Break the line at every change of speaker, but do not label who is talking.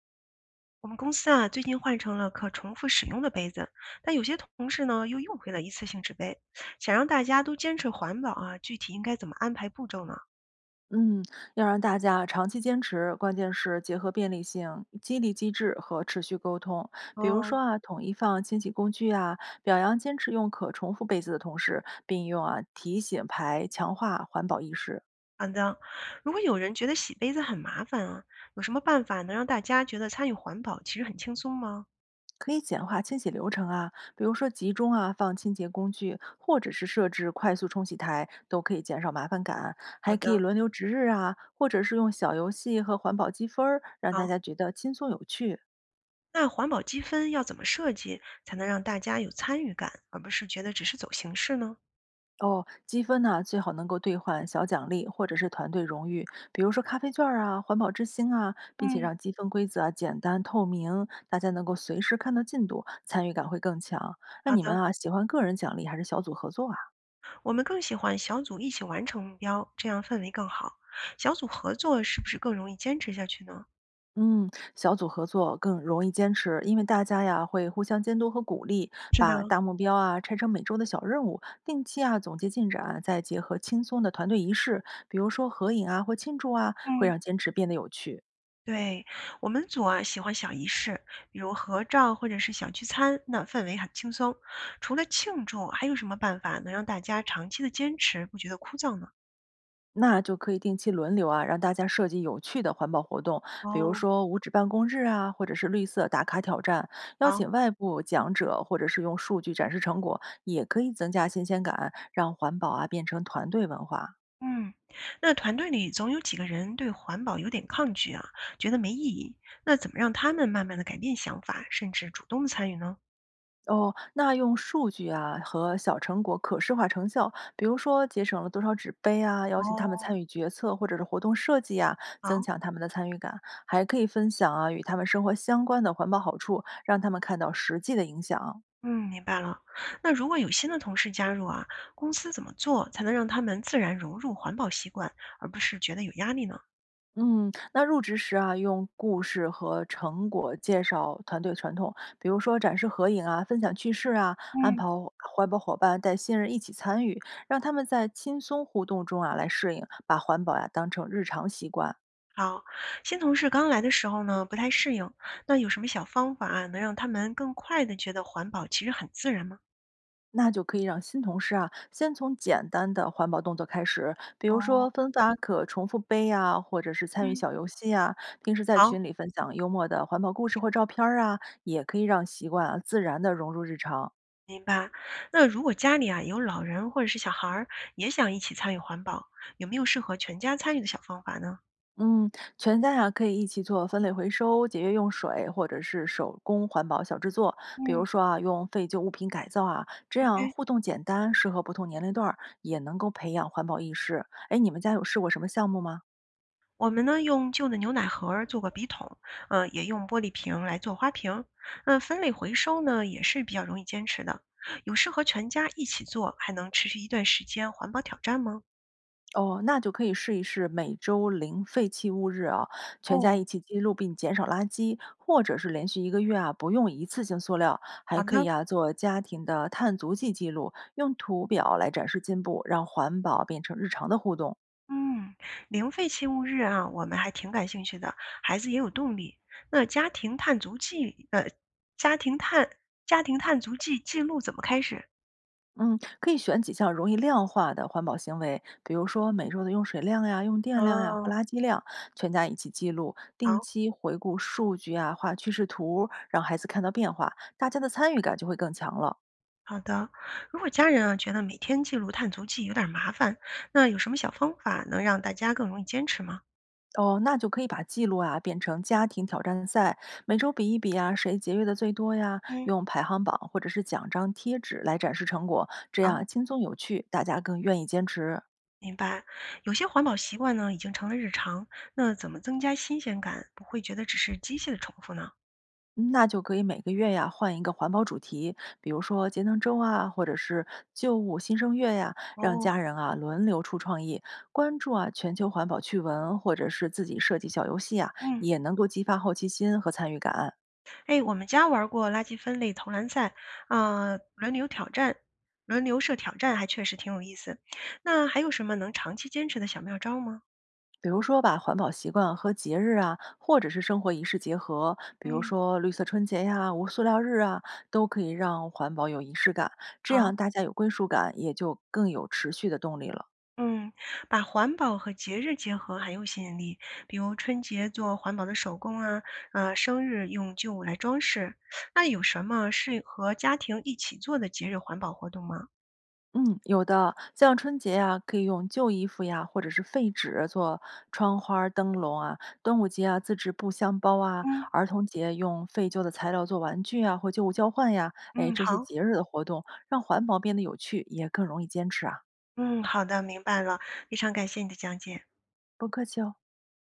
我们公司啊，最近换成了可重复使用的杯子，但有些同事呢又用回了一次性纸杯。想让大家都坚持环保啊，具体应该怎么安排步骤呢？
嗯，要让大家长期坚持，关键是结合便利性、激励机制和持续沟通。比如说
哦，
啊，统一放清洗工具啊，表扬坚持用可重复杯子的同时，并用啊提醒牌强化环保意识。
好的。如果有人觉得洗杯子很麻烦啊，有什么办法能让大家觉得参与环保其实很轻松吗？
可以简化清洗流程啊，比如说集中啊放清洁工具，或者是设置快速冲洗台，都可以减少麻烦感。
好
还可以
的，
轮流值日啊，或者是用小游戏和环保积分儿，让大
好。
家觉得轻松有趣。
那环保积分要怎么设计才能让大家有参与感，而不是觉得只是走形式呢？
哦，积分呢、最好能够兑换小奖励或者是团队荣誉，比如说咖啡券儿啊、环保之星啊，并且
嗯，
让积分规则啊简单透明，大家能够随时看到进度，参与感会更强。那
好
你们
的。
啊，喜欢个人奖励还是小组合作啊？
我们更喜欢小组一起完成目标，这样氛围更好。小组合作是不是更容易坚持下去呢？
嗯，小组合作更容易坚持，因为大家呀会互相监督和鼓励，
是的，
把大目标啊拆成每周的小任务，定期啊总结进展，再结合轻松的团队仪式，比如说合影啊或庆祝啊，会
嗯，
让坚持变得有趣。
对，我们组啊喜欢小仪式，比如合照或者是小聚餐，那氛围很轻松。除了庆祝，还有什么办法能让大家长期的坚持，不觉得枯燥呢？
那就可以定期轮流啊，让大家设计有趣的环保活动，比如
哦，
说无纸办公日啊，或者是绿色打卡挑战，邀
好，
请外部讲者，或者是用数据展示成果，也可以增加新鲜感，让环保啊变成团队文化。
嗯，那团队里总有几个人对环保有点抗拒啊，觉得没意义。那怎么让他们慢慢的改变想法，甚至主动参与呢？
哦，那用数据啊和小成果可视化成效，比如说节省了多少纸杯啊，邀请他们
哦，
参与决策或者是活动设计啊，增
好。
强他们的参与感，还可以分享啊与他们生活相关的环保好处，让他们看到实际的影响。
嗯，明白了。那如果有新的同事加入啊，公司怎么做才能让他们自然融入环保习惯，而不是觉得有压力呢？
嗯，那入职时啊，用故事和成果介绍团队传统，比如说展示合影啊、分享趣事啊，安
嗯，
排环保伙伴带新人一起参与，让他们在轻松互动中啊来适应，把环保呀、当成日常习惯。
好，新同事刚来的时候呢，不太适应，那有什么小方法啊，能让他们更快的觉得环保其实很自然吗？
那就可以让新同事啊，先从简单的环保动作开始，比如
哦，
说分发可重复杯呀，或者是参与
嗯，
小游戏呀。平时在
好，
群里分享幽默的环保故事或照片儿啊，也可以让习惯啊自然的融入日常。
明白。那如果家里啊有老人或者是小孩儿也想一起参与环保，有没有适合全家参与的小方法呢？
嗯，全家呀、可以一起做分类回收、节约用水，或者是手工环保小制作，比如
嗯。
说啊，用废旧物品改造啊，这样
？OK。
互动简单，适合不同年龄段儿，也能够培养环保意识。哎，你们家有试过什么项目吗？
我们呢用旧的牛奶盒儿做过笔筒，也用玻璃瓶来做花瓶。那分类回收呢也是比较容易坚持的，有适合全家一起做，还能持续一段时间环保挑战吗？
哦，那就可以试一试每周零废弃物日啊，全家
哦，
一起记录并减少垃圾，或者是连续一个月啊不用一次性塑料，还
好
可以
的，
啊做家庭的碳足迹记录，用图表来展示进步，让环保变成日常的互动。
嗯，零废弃物日啊，我们还挺感兴趣的，孩子也有动力。那家庭碳足迹，家庭碳家庭碳足迹记录怎么开始？
嗯，可以选几项容易量化的环保行为，比如说每周的用水量呀、用电量呀或
嗯，
垃圾量，全家一起记录，定
好。
期回顾数据啊，画趋势图，让孩子看到变化，大家的参与感就会更强了。
好的，如果家人啊觉得每天记录碳足迹有点儿麻烦，那有什么小方法能让大家更容易坚持吗？
哦，那就可以把记录啊变成家庭挑战赛，每周比一比啊，谁节约的最多呀？
嗯，
用排行榜或者是奖章、贴纸来展示成果，这
好，
样轻松有趣，大家更愿意坚持。
明白。有些环保习惯呢已经成了日常，那怎么增加新鲜感，不会觉得只是机械的重复呢？
嗯那就可以每个月呀换一个环保主题，比如说节能周啊，或者是旧物新生月呀，让
哦，
家人啊轮流出创意，关注啊全球环保趣闻，或者是自己设计小游戏啊，
嗯，
也能够激发好奇心和参与感。
哎，我们家玩过垃圾分类投篮赛，啊、轮流挑战，轮流设挑战，还确实挺有意思。那还有什么能长期坚持的小妙招吗？
比如说把环保习惯和节日啊，或者是生活仪式结合，比如
嗯。
说绿色春节呀、无塑料日啊，都可以让环保有仪式感，这
好。
样大家有归属感，也就更有持续的动力了。
嗯，把环保和节日结合很有吸引力，比如春节做环保的手工啊，生日用旧物来装饰。那有什么适合家庭一起做的节日环保活动吗？
嗯，有的，像春节呀，可以用旧衣服呀，或者是废纸做窗花儿灯笼啊；端午节啊，自制布箱包啊；
嗯
儿童节用废旧的材料做玩具啊，或旧物交换呀。哎，
嗯，
这些
好，
节日的活动让环保变得有趣，也更容易坚持啊。
嗯，好的，明白了，非常感谢你的讲解。
不客气哦。